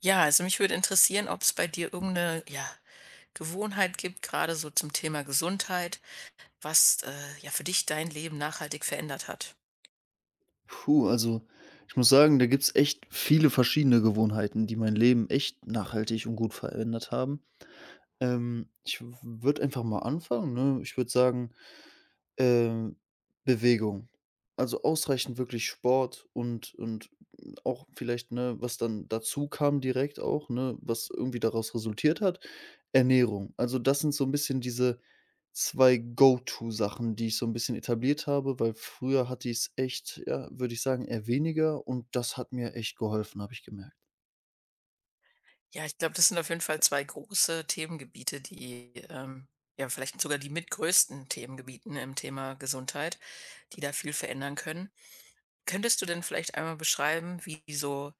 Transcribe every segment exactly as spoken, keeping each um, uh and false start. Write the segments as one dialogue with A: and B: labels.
A: Ja, also mich würde interessieren, ob es bei dir irgendeine ja, Gewohnheit gibt, gerade so zum Thema Gesundheit, was, äh, ja, für dich dein Leben nachhaltig verändert hat.
B: Puh, also ich muss sagen, da gibt's echt viele verschiedene Gewohnheiten, die mein Leben echt nachhaltig und gut verändert haben. Ähm, ich würde einfach mal anfangen, ne? Ich würde sagen, ähm, Bewegung. Also, ausreichend wirklich Sport und und auch vielleicht, ne, was dann dazu kam direkt auch, ne, was irgendwie daraus resultiert hat, Ernährung. Also, das sind so ein bisschen diese zwei Go-to-Sachen, die ich so ein bisschen etabliert habe, weil früher hatte ich es echt, ja, würde ich sagen, eher weniger und das hat mir echt geholfen, habe ich gemerkt.
A: Ja, ich glaube, das sind auf jeden Fall zwei große Themengebiete, die, ähm ja, vielleicht sogar die mitgrößten Themengebieten im Thema Gesundheit, die da viel verändern können. Könntest du denn vielleicht einmal beschreiben, wie so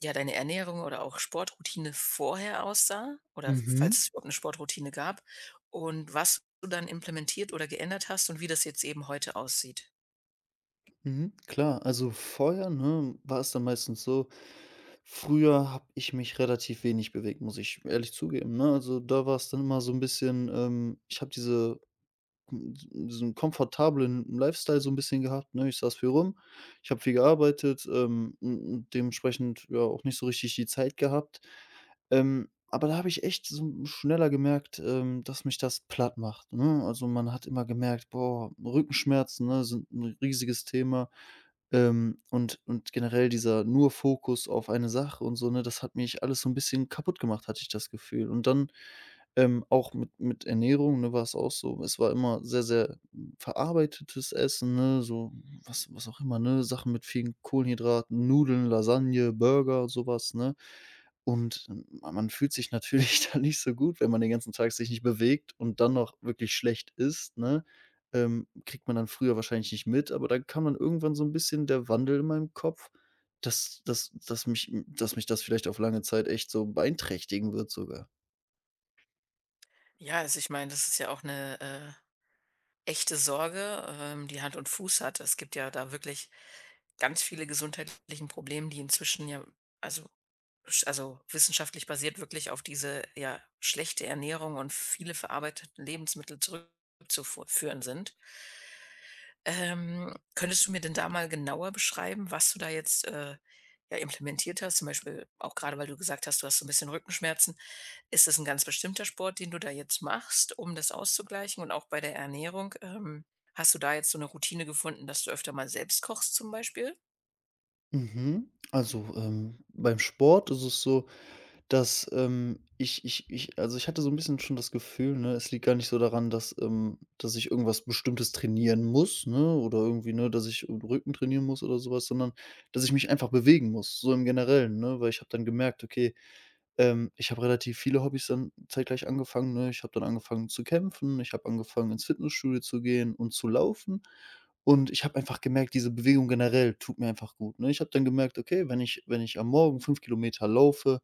A: ja, deine Ernährung oder auch Sportroutine vorher aussah, oder falls
B: Mhm.
A: es überhaupt 'ne Sportroutine gab, und was du dann implementiert oder geändert hast und wie das jetzt eben heute aussieht?
B: Mhm, klar, also vorher, ne, war es dann meistens so, früher habe ich mich relativ wenig bewegt, muss ich ehrlich zugeben, ne? Also, da war es dann immer so ein bisschen, ähm ich habe diese hm, so so 'n komfortablen Lifestyle so 'n bisschen gehabt, ne? Ich saß viel rum, ich habe viel gearbeitet, ähm, und und dementsprechend, ja, auch nicht so richtig die Zeit gehabt. Ähm, aber da habe ich echt so schneller gemerkt, ähm, dass mich das plattmacht, ne? Also, man hat immer gemerkt, boah, Rückenschmerzen, ne, sind 'n riesiges Thema, ähm, und und generell dieser nur Fokus auf eine Sache und so, ne, das hat mich alles so 'n bisschen kaputtgemacht, hatte ich das Gefühl. Und dann ähm, auch mit mit Ernährung, ne, war es auch so. Es war immer sehr, sehr verarbeitetes Essen, ne, so was was auch immer, ne, Sachen mit vielen Kohlenhydraten, Nudeln, Lasagne, Burger, sowas ne? Und ma man fühlt sich natürlich dann nicht so gut, wenn man den ganzen Tag sich nicht bewegt und dann noch wirklich schlecht isst, ne? Ähm, kriegt man dann früher wahrscheinlich nicht mit, aber dann kam dann irgendwann so ein bisschen der Wandel in meinem Kopf, dass dass dass mich dass mich das vielleicht auf lange Zeit echt so beeinträchtigen wird sogar.
A: Ja, also ich meine, das ist ja auch 'ne, äh, echte Sorge, ähm, die Hand und Fuß hat. Es gibt ja da wirklich ganz viele gesundheitlichen Probleme, die inzwischen ja, also, sch- also wissenschaftlich basiert wirklich auf diese ja schlechte Ernährung und viele verarbeiteten Lebensmittel zurückzuführen sind. Ähm, könntest du mir denn da mal genauer beschreiben, was du da jetzt äh, ja, implementiert hast? Zum Beispiel auch gerade, weil du gesagt hast, du hast so ein bisschen Rückenschmerzen. Ist es ein ganz bestimmter Sport, den du da jetzt machst, um das auszugleichen? Und auch bei der Ernährung, ähm, hast du da jetzt so eine Routine gefunden, dass du öfter mal selbst kochst zum Beispiel?
B: Mhm. Also, ähm, beim Sport ist es so, dass, ähm, ich ich ich also, ich hatte so ein bisschen schon das Gefühl, ne, es liegt gar nicht so daran, dass, ähm dass ich irgendwas Bestimmtes trainieren muss, ne, oder irgendwie, ne, dass ich den Rücken trainieren muss oder sowas, sondern dass ich mich einfach bewegen muss, so im Generellen, ne? Weil ich habe dann gemerkt: „Okay, ähm, ich habe relativ viele Hobbys dann zeitgleich angefangen, ne? Ich habe dann angefangen zu kämpfen, ich habe angefangen, ins Fitnessstudio zu gehen und zu laufen. Und ich habe einfach gemerkt, diese Bewegung generell tut mir einfach gut, ne? Ich habe dann gemerkt, okay, wenn ich wenn ich am Morgen fünf Kilometer laufe,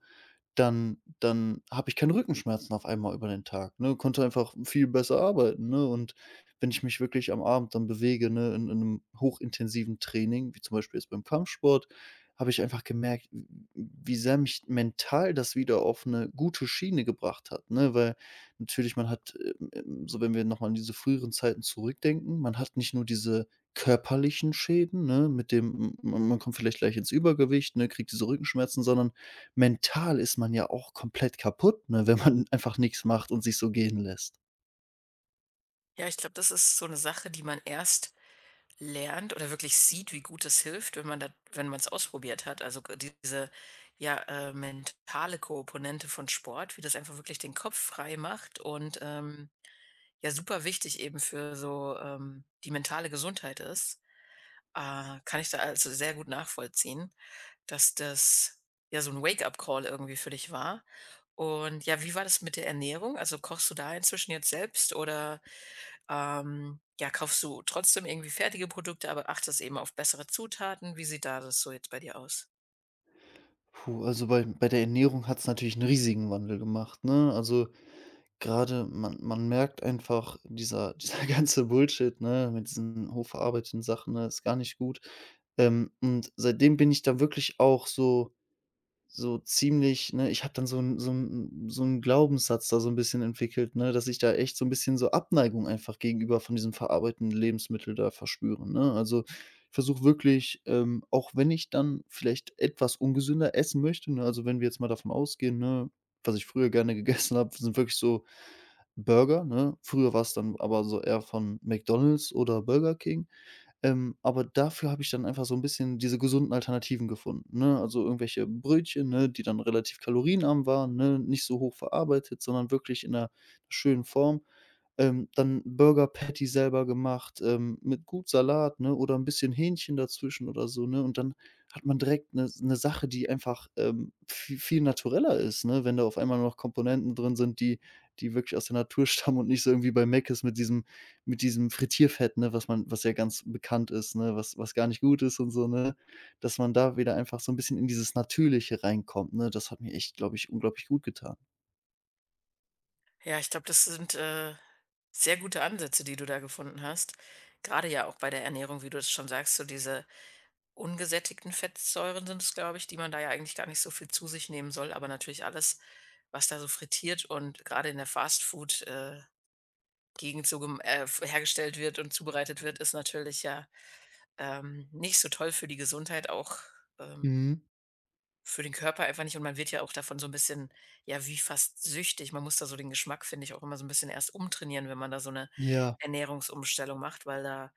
B: dann dann habe ich keine Rückenschmerzen auf einmal über den Tag, ne? Konnte einfach viel besser arbeiten, ne? Und wenn ich mich wirklich am Abend dann bewege, ne, in in 'nem hochintensiven Training, wie zum Beispiel jetzt beim Kampfsport, habe ich einfach gemerkt, w wie sehr mich mental das wieder auf eine gute Schiene gebracht hat, ne? Weil natürlich man hat, ähm, ähm, so wenn wir noch mal an diese früheren Zeiten zurückdenken, man hat nicht nur diese körperlichen Schäden, ne, mit dem m man man kommt vielleicht gleich ins Übergewicht, ne, kriegt diese Rückenschmerzen, sondern mental ist man ja auch komplett kaputt, ne, wenn man einfach nichts macht und sich so gehen lässt.
A: Ja, ich glaube, das ist so eine Sache, die man erst lernt oder wirklich sieht, wie gut es hilft, wenn man das wenn man es ausprobiert hat. Also, g diese, ja, äh, mentale Komponente von Sport, wie das einfach wirklich den Kopf frei macht und, ähm, ja, super wichtig eben für so, ähm, die mentale Gesundheit ist, äh, kann ich da also sehr gut nachvollziehen, dass das, ja, so ein Wake-up-Call irgendwie für dich war. Und ja, wie war das mit der Ernährung? Also, kochst du da inzwischen jetzt selbst oder ähm, ja, kaufst du trotzdem irgendwie fertige Produkte, aber achtest eben auf bessere Zutaten? Wie sieht da das so jetzt bei dir aus?
B: Puh, also bei bei der Ernährung hat es natürlich einen riesigen Wandel gemacht, ne? Also, gerade man man merkt einfach, dieser dieser ganze Bullshit, ne, mit diesen hochverarbeiteten Sachen, ne, ist gar nicht gut. Ähm, und seitdem bin ich da wirklich auch so so ziemlich ne, ich habe dann so 'n so 'n so 'n Glaubenssatz da so ein bisschen entwickelt, ne, dass ich da echt so ein bisschen so Abneigung einfach gegenüber von diesem verarbeitenden Lebensmittel da verspüre, ne? Also, ich versuche wirklich, ähm, auch wenn ich dann vielleicht etwas ungesünder essen möchte, ne, also, wenn wir jetzt mal davon ausgehen, ne, was ich früher gerne gegessen habe, sind wirklich so Burger, ne? Früher war es dann aber so eher von McDonald's oder Burger King. Ähm, aber dafür habe ich dann einfach so ein bisschen diese gesunden Alternativen gefunden, ne? Also, irgendwelche Brötchen, ne, die dann relativ kalorienarm waren, ne, nicht so hoch verarbeitet, sondern wirklich in einer schönen Form. Ähm, dann Burger Patty selber gemacht, ähm, mit gut Salat, ne, oder 'n bisschen Hähnchen dazwischen oder so, ne? Und dann hat man direkt 'ne s 'ne Sache, die einfach, ähm, vi viel natureller ist, ne, wenn da auf einmal noch Komponenten drin sind, die die wirklich aus der Natur stammen und nicht so irgendwie bei Mc's mit diesem mit diesem Frittierfett, ne, was man was ja ganz bekannt ist, ne, was was gar nicht gut ist und so, ne? Dass man da wieder einfach so 'n bisschen in dieses Natürliche reinkommt, ne? Das hat mir echt, glaube ich, unglaublich gut getan.
A: Ja, ich glaube, das sind äh, sehr gute Ansätze, die du da gefunden hast. Gerade ja auch bei der Ernährung, wie du es schon sagst, so diese ungesättigten Fettsäuren sind es, glaube ich, die man da ja eigentlich gar nicht so viel zu sich nehmen soll. Aber natürlich alles, was da so frittiert und gerade in der Fastfood-Gegend so gem- äh, f- hergestellt wird und zubereitet wird, ist natürlich ja ähm, nicht so toll für die Gesundheit auch. ähm,
B: Mhm.
A: Für den Körper einfach nicht, und man wird ja auch davon so ein bisschen, ja, wie fast süchtig. Man muss da so den Geschmack, finde ich, auch immer so ein bisschen erst umtrainieren, wenn man da so eine
B: Ja.
A: Ernährungsumstellung macht, weil da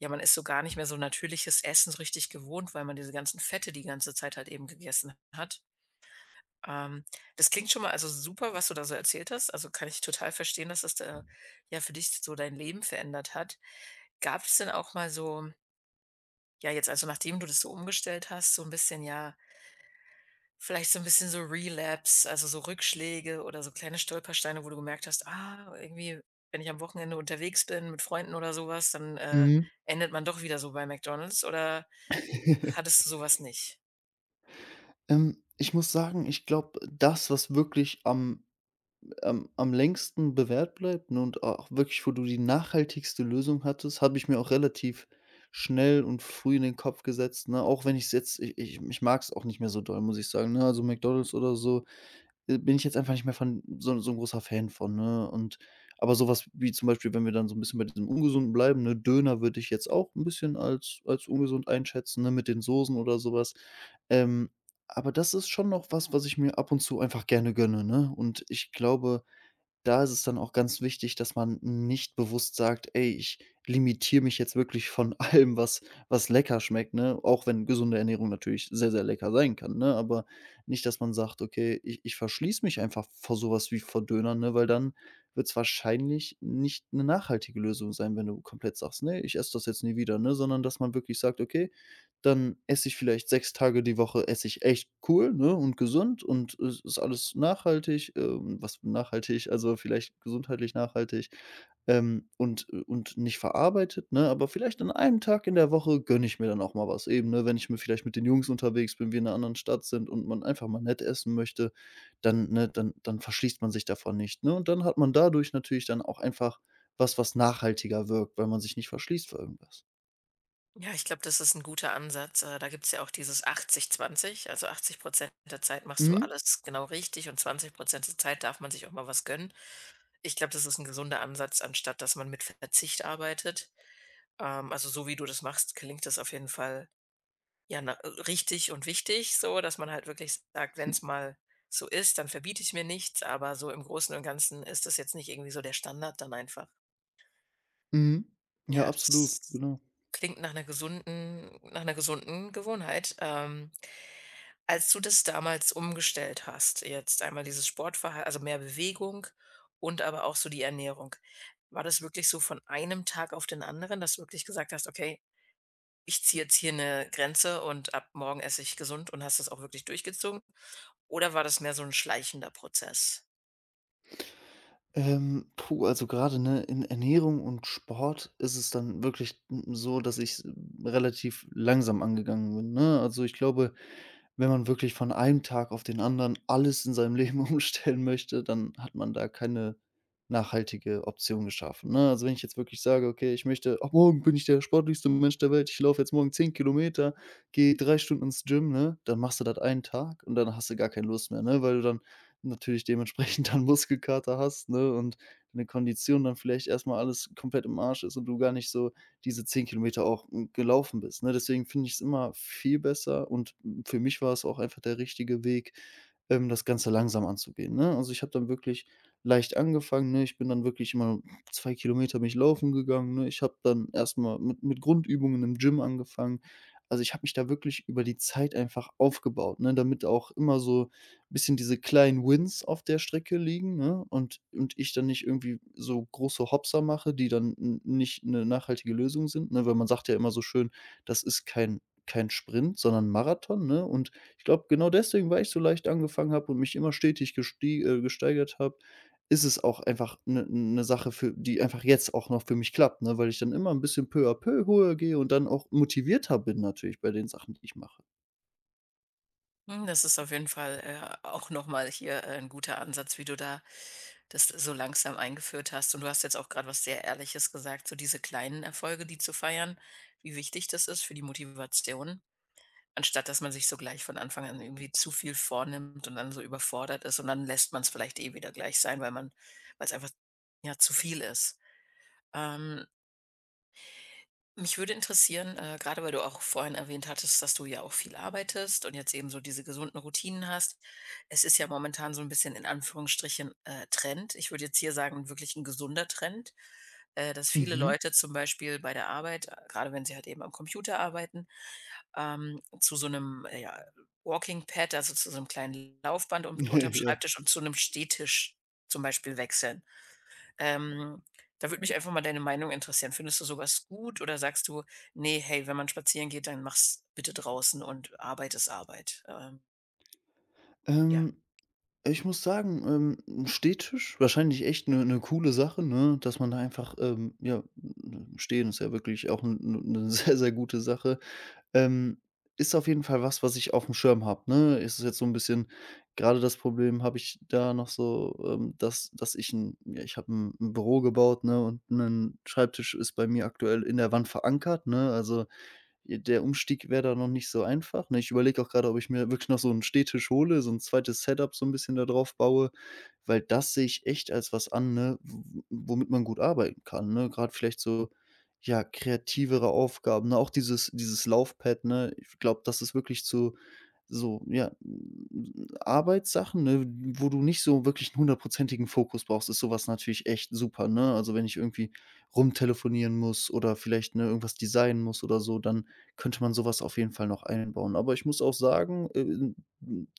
A: ja, man ist so gar nicht mehr so natürliches Essen so richtig gewohnt, weil man diese ganzen Fette die ganze Zeit halt eben gegessen hat. Ähm, Das klingt schon mal also super, was du da so erzählt hast. Also, kann ich total verstehen, dass das da ja für dich so dein Leben verändert hat. Gab es denn auch mal so ja, jetzt also nachdem du das so umgestellt hast, so ein bisschen, ja, vielleicht so ein bisschen so Relapse, also so Rückschläge oder so kleine Stolpersteine, wo du gemerkt hast: „Ah, irgendwie, wenn ich am Wochenende unterwegs bin mit Freunden oder sowas, dann, äh,
B: Mhm.
A: endet man doch wieder so bei McDonald's.“ Oder hattest du sowas nicht?
B: Ähm, ich muss sagen, ich glaube, das, was wirklich am am am längsten bewährt bleibt, ne, und auch wirklich, wo du die nachhaltigste Lösung hattest, habe ich mir auch relativ schnell und früh in den Kopf gesetzt, ne? Auch wenn ich's jetzt ich ich ich mag es auch nicht mehr so doll, muss ich sagen, ne? Also McDonald's oder so äh, bin ich jetzt einfach nicht mehr von so 'n so 'n großer Fan von, ne? Und aber sowas wie zum Beispiel, wenn wir dann so ein bisschen bei diesem Ungesunden bleiben, ne, Döner würde ich jetzt auch ein bisschen als als ungesund einschätzen, ne, mit den Soßen oder sowas. Ähm, aber das ist schon noch was, was ich mir ab und zu einfach gerne gönne, ne? Und ich glaube, da ist es dann auch ganz wichtig, dass man nicht bewusst sagt: „Ey, ich limitiere mich jetzt wirklich von allem, was was lecker schmeckt", ne? Auch wenn gesunde Ernährung natürlich sehr, sehr lecker sein kann, ne? Aber nicht, dass man sagt: „Okay, ich ich verschließe mich einfach vor sowas wie vor Dönern", ne? Weil dann wird es wahrscheinlich nicht eine nachhaltige Lösung sein, wenn du komplett sagst: „Ne, ich esse das jetzt nie wieder", ne? Sondern dass man wirklich sagt: „Okay, dann esse ich vielleicht sechs Tage die Woche esse ich echt cool, ne, und gesund und es ist alles nachhaltig, ähm, was nachhaltig, also vielleicht gesundheitlich nachhaltig, ähm, und und nicht verarbeitet, ne? Aber vielleicht an einem Tag in der Woche gönne ich mir dann auch mal was eben, ne? Wenn ich mir vielleicht mit den Jungs unterwegs bin, wir in einer anderen Stadt sind und man einfach mal nett essen möchte, dann ne, dann dann verschließt man sich davon nicht, ne? Und dann hat man dadurch natürlich dann auch einfach was, was nachhaltiger wirkt, weil man sich nicht verschließt für irgendwas.
A: Ja, ich glaube, das ist ein guter Ansatz. Äh, da gibt's ja auch dieses achtzig zwanzig, also achtzig der Zeit machst du
B: Mhm.
A: alles genau richtig und zwanzig der Zeit darf man sich auch mal was gönnen. Ich glaube, das ist ein gesunder Ansatz, anstatt dass man mit Verzicht arbeitet. Ähm, also, so wie du das machst, gelingt das auf jeden Fall. Ja, na, äh, richtig und wichtig so, dass man halt wirklich sagt: „Wenn es mal so ist, dann verbiete ich mir nichts“, aber so im Großen und Ganzen ist das jetzt nicht irgendwie so der Standard dann einfach.
B: Mhm. Ja,
A: Ja,
B: absolut,
A: das
B: genau.
A: klingt nach einer gesunden nach einer gesunden Gewohnheit. Ähm, als du das damals umgestellt hast, jetzt einmal dieses Sportverhalten, also mehr Bewegung, und aber auch so die Ernährung. War das wirklich so von einem Tag auf den anderen, dass du wirklich gesagt hast: „Okay, ich ziehe jetzt hier eine Grenze und ab morgen esse ich gesund“ und hast das auch wirklich durchgezogen? Oder war das mehr so ein schleichender Prozess?
B: Ähm, puh, also gerade ne, in Ernährung und Sport ist es dann wirklich n so, dass ich relativ langsam angegangen bin, ne? Also, ich glaube, wenn man wirklich von einem Tag auf den anderen alles in seinem Leben umstellen möchte, dann hat man da keine nachhaltige Option geschaffen, ne? Also, wenn ich jetzt wirklich sage: „Okay, ich möchte ab morgen bin ich der sportlichste Mensch der Welt. Ich laufe jetzt morgen zehn Kilometer, gehe drei Stunden ins Gym", ne? Dann machst du das einen Tag und dann hast du gar keine Lust mehr, ne? Weil du dann natürlich dementsprechend dann Muskelkater hast, ne? Und deine Kondition dann vielleicht erstmal alles komplett im Arsch ist und du gar nicht so diese zehn Kilometer auch, hm, gelaufen bist, ne? Deswegen finde ich es immer viel besser und ähm, für mich war es auch einfach der richtige Weg, ähm, das Ganze langsam anzugehen, ne? Also, ich habe dann wirklich leicht angefangen, ne? Ich bin dann wirklich immer zwei Kilometer mich laufen gegangen, ne? Ich habe dann erstmal mit mit Grundübungen im Gym angefangen. Also, ich habe mich da wirklich über die Zeit einfach aufgebaut, ne, damit auch immer so ein bisschen diese kleinen Wins auf der Strecke liegen, ne, und und ich dann nicht irgendwie so große Hopser mache, die dann n nicht eine nachhaltige Lösung sind, ne? Weil man sagt ja immer so schön, das ist kein kein Sprint, sondern Marathon, ne? Und ich glaube, genau deswegen, weil ich so leicht angefangen habe und mich immer stetig gestie äh, gesteigert habe, ist es auch einfach 'ne 'ne Sache, für die einfach jetzt auch noch für mich klappt, ne, weil ich dann immer 'n bisschen peu à peu höher gehe und dann auch motivierter bin natürlich bei den Sachen, die ich mache.
A: Hm, das ist auf jeden Fall, äh, auch noch mal hier, äh, 'n guter Ansatz, wie du da das so langsam eingeführt hast. Und du hast jetzt auch gerade was sehr Ehrliches gesagt, so diese kleinen Erfolge, die zu feiern, wie wichtig das ist für die Motivation, anstatt dass man sich so gleich von Anfang an irgendwie zu viel vornimmt und dann so überfordert ist und dann lässt man es vielleicht eh wieder gleich sein, weil man weil es einfach, ja, zu viel ist. Ähm Mich würde interessieren, äh, grade weil du auch vorhin erwähnt hattest, dass du ja auch viel arbeitest und jetzt eben so diese gesunden Routinen hast. Es ist ja momentan so ein bisschen in Anführungsstrichen, äh, Trend. Ich würde jetzt hier sagen, wirklich ein gesunder Trend, äh, dass viele
B: Mhm.
A: Leute zum Beispiel bei der Arbeit, äh, grade wenn sie halt eben am Computer arbeiten, ähm, zu so einem äh, ja, Walking Pad, also zu so einem kleinen Laufband und unterm
B: Ja.
A: Schreibtisch und zu einem Stehtisch zum Beispiel wechseln. Ähm, Da würde mich einfach mal deine Meinung interessieren. Findest du sowas gut oder sagst du: „Nee, hey, wenn man spazieren geht, dann mach's bitte draußen und Arbeit ist Arbeit.“ Ähm, ja.
B: Ähm, Ich muss sagen, ähm, 'n Stehtisch, wahrscheinlich echt 'ne 'ne coole Sache, ne, dass man da einfach, ähm, ja, stehen ist ja wirklich auch 'n 'ne 'ne sehr, sehr gute Sache. Ähm, Ist auf jeden Fall was, was ich auf dem Schirm habe, ne? Ist Es jetzt so ein bisschen Gerade das Problem habe ich da noch so, ähm, dass dass ich 'n ja, ich habe ein 'n Büro gebaut, ne, und ein Schreibtisch ist bei mir aktuell in der Wand verankert, ne? Also ja, der Umstieg wäre da noch nicht so einfach, ne? Ich überlege auch gerade, ob ich mir wirklich noch so 'n Stehtisch hole, so 'n zweites Setup so 'n bisschen da drauf baue, weil das sehe ich echt als was an, ne, w womit man gut arbeiten kann, ne? Grad vielleicht so, ja, kreativere Aufgaben, ne? Auch dieses dieses Laufpad, ne? Ich glaube, das ist wirklich zu so, ja, Arbeitssachen, ne, wo du nicht so wirklich 'n hundertprozentigen Fokus brauchst, ist so was natürlich echt super, ne? Also, wenn ich irgendwie rumtelefonieren muss oder vielleicht, ne, irgendwas designen muss oder so, dann könnte man sowas auf jeden Fall noch einbauen. Aber ich muss auch sagen, äh, in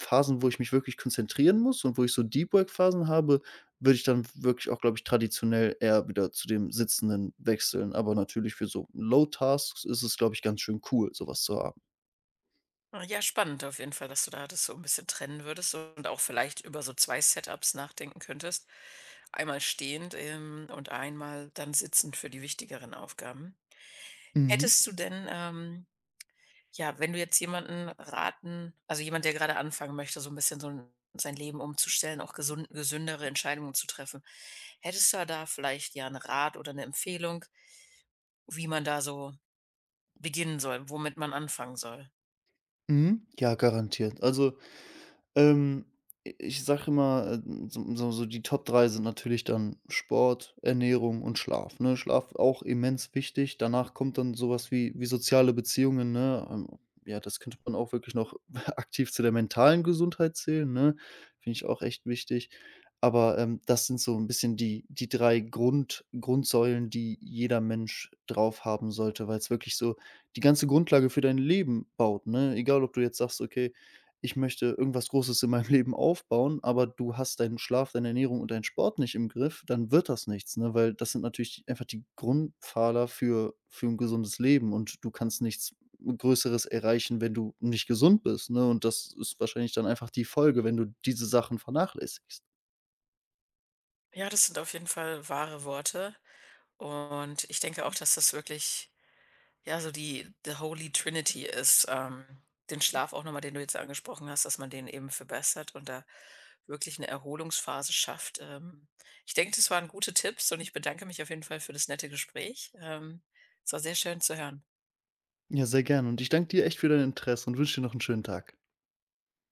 B: Phasen, wo ich mich wirklich konzentrieren muss und wo ich so Deep Work Phasen habe, würde ich dann wirklich auch, glaube ich, traditionell eher wieder zu dem Sitzenden wechseln. Aber natürlich für so Low Tasks ist es, glaube ich, ganz schön cool, sowas zu haben.
A: Ah, ja, spannend auf jeden Fall, dass du da das so ein bisschen trennen würdest und auch vielleicht über so zwei Setups nachdenken könntest. Einmal stehend, ähm, und einmal dann sitzend für die wichtigeren Aufgaben.
B: Mhm,
A: Hättest du denn, ähm ja, wenn du jetzt jemanden raten, also jemand, der gerade anfangen möchte, so ein bisschen so 'n sein Leben umzustellen, auch gesund gesündere Entscheidungen zu treffen. Hättest du da vielleicht, ja, einen Rat oder eine Empfehlung, wie man da so beginnen soll, womit man anfangen soll?
B: mhm. Ja, garantiert. Also, Ähm, ich sage immer, ähm, so so so die Top drei sind natürlich dann Sport, Ernährung und Schlaf, ne? Schlaf auch immens wichtig. Danach kommt dann sowas wie wie soziale Beziehungen, ne? Ähm, ja, das könnte man auch wirklich noch aktiv zu der mentalen Gesundheit zählen, ne? Finde ich auch echt wichtig. Aber, ähm, das sind so ein bisschen die die drei Grund Grundsäulen, die jeder Mensch drauf haben sollte, weil es wirklich so die ganze Grundlage für dein Leben baut, ne? Egal, ob du jetzt sagst: „Okay, ich möchte irgendwas Großes in meinem Leben aufbauen, aber du hast deinen Schlaf, deine Ernährung und deinen Sport nicht im Griff, dann wird das nichts, ne? Weil das sind natürlich einfach die Grundpfeiler für für ein gesundes Leben und du kannst nichts Größeres erreichen, wenn du nicht gesund bist, ne? Und das ist wahrscheinlich dann einfach die Folge, wenn du diese Sachen vernachlässigst.
A: Ja, das sind auf jeden Fall wahre Worte, und ich denke auch, dass das wirklich ja, so die the Holy Trinity ist, ähm, den Schlaf auch noch mal, den du jetzt angesprochen hast, dass man den eben verbessert und da wirklich eine Erholungsphase schafft. Ähm, ich denke, das waren gute Tipps, und ich bedanke mich auf jeden Fall für das nette Gespräch. Ähm, es war sehr schön zu hören.
B: Ja, sehr gerne und ich danke dir echt für dein Interesse und wünsche dir noch einen schönen Tag.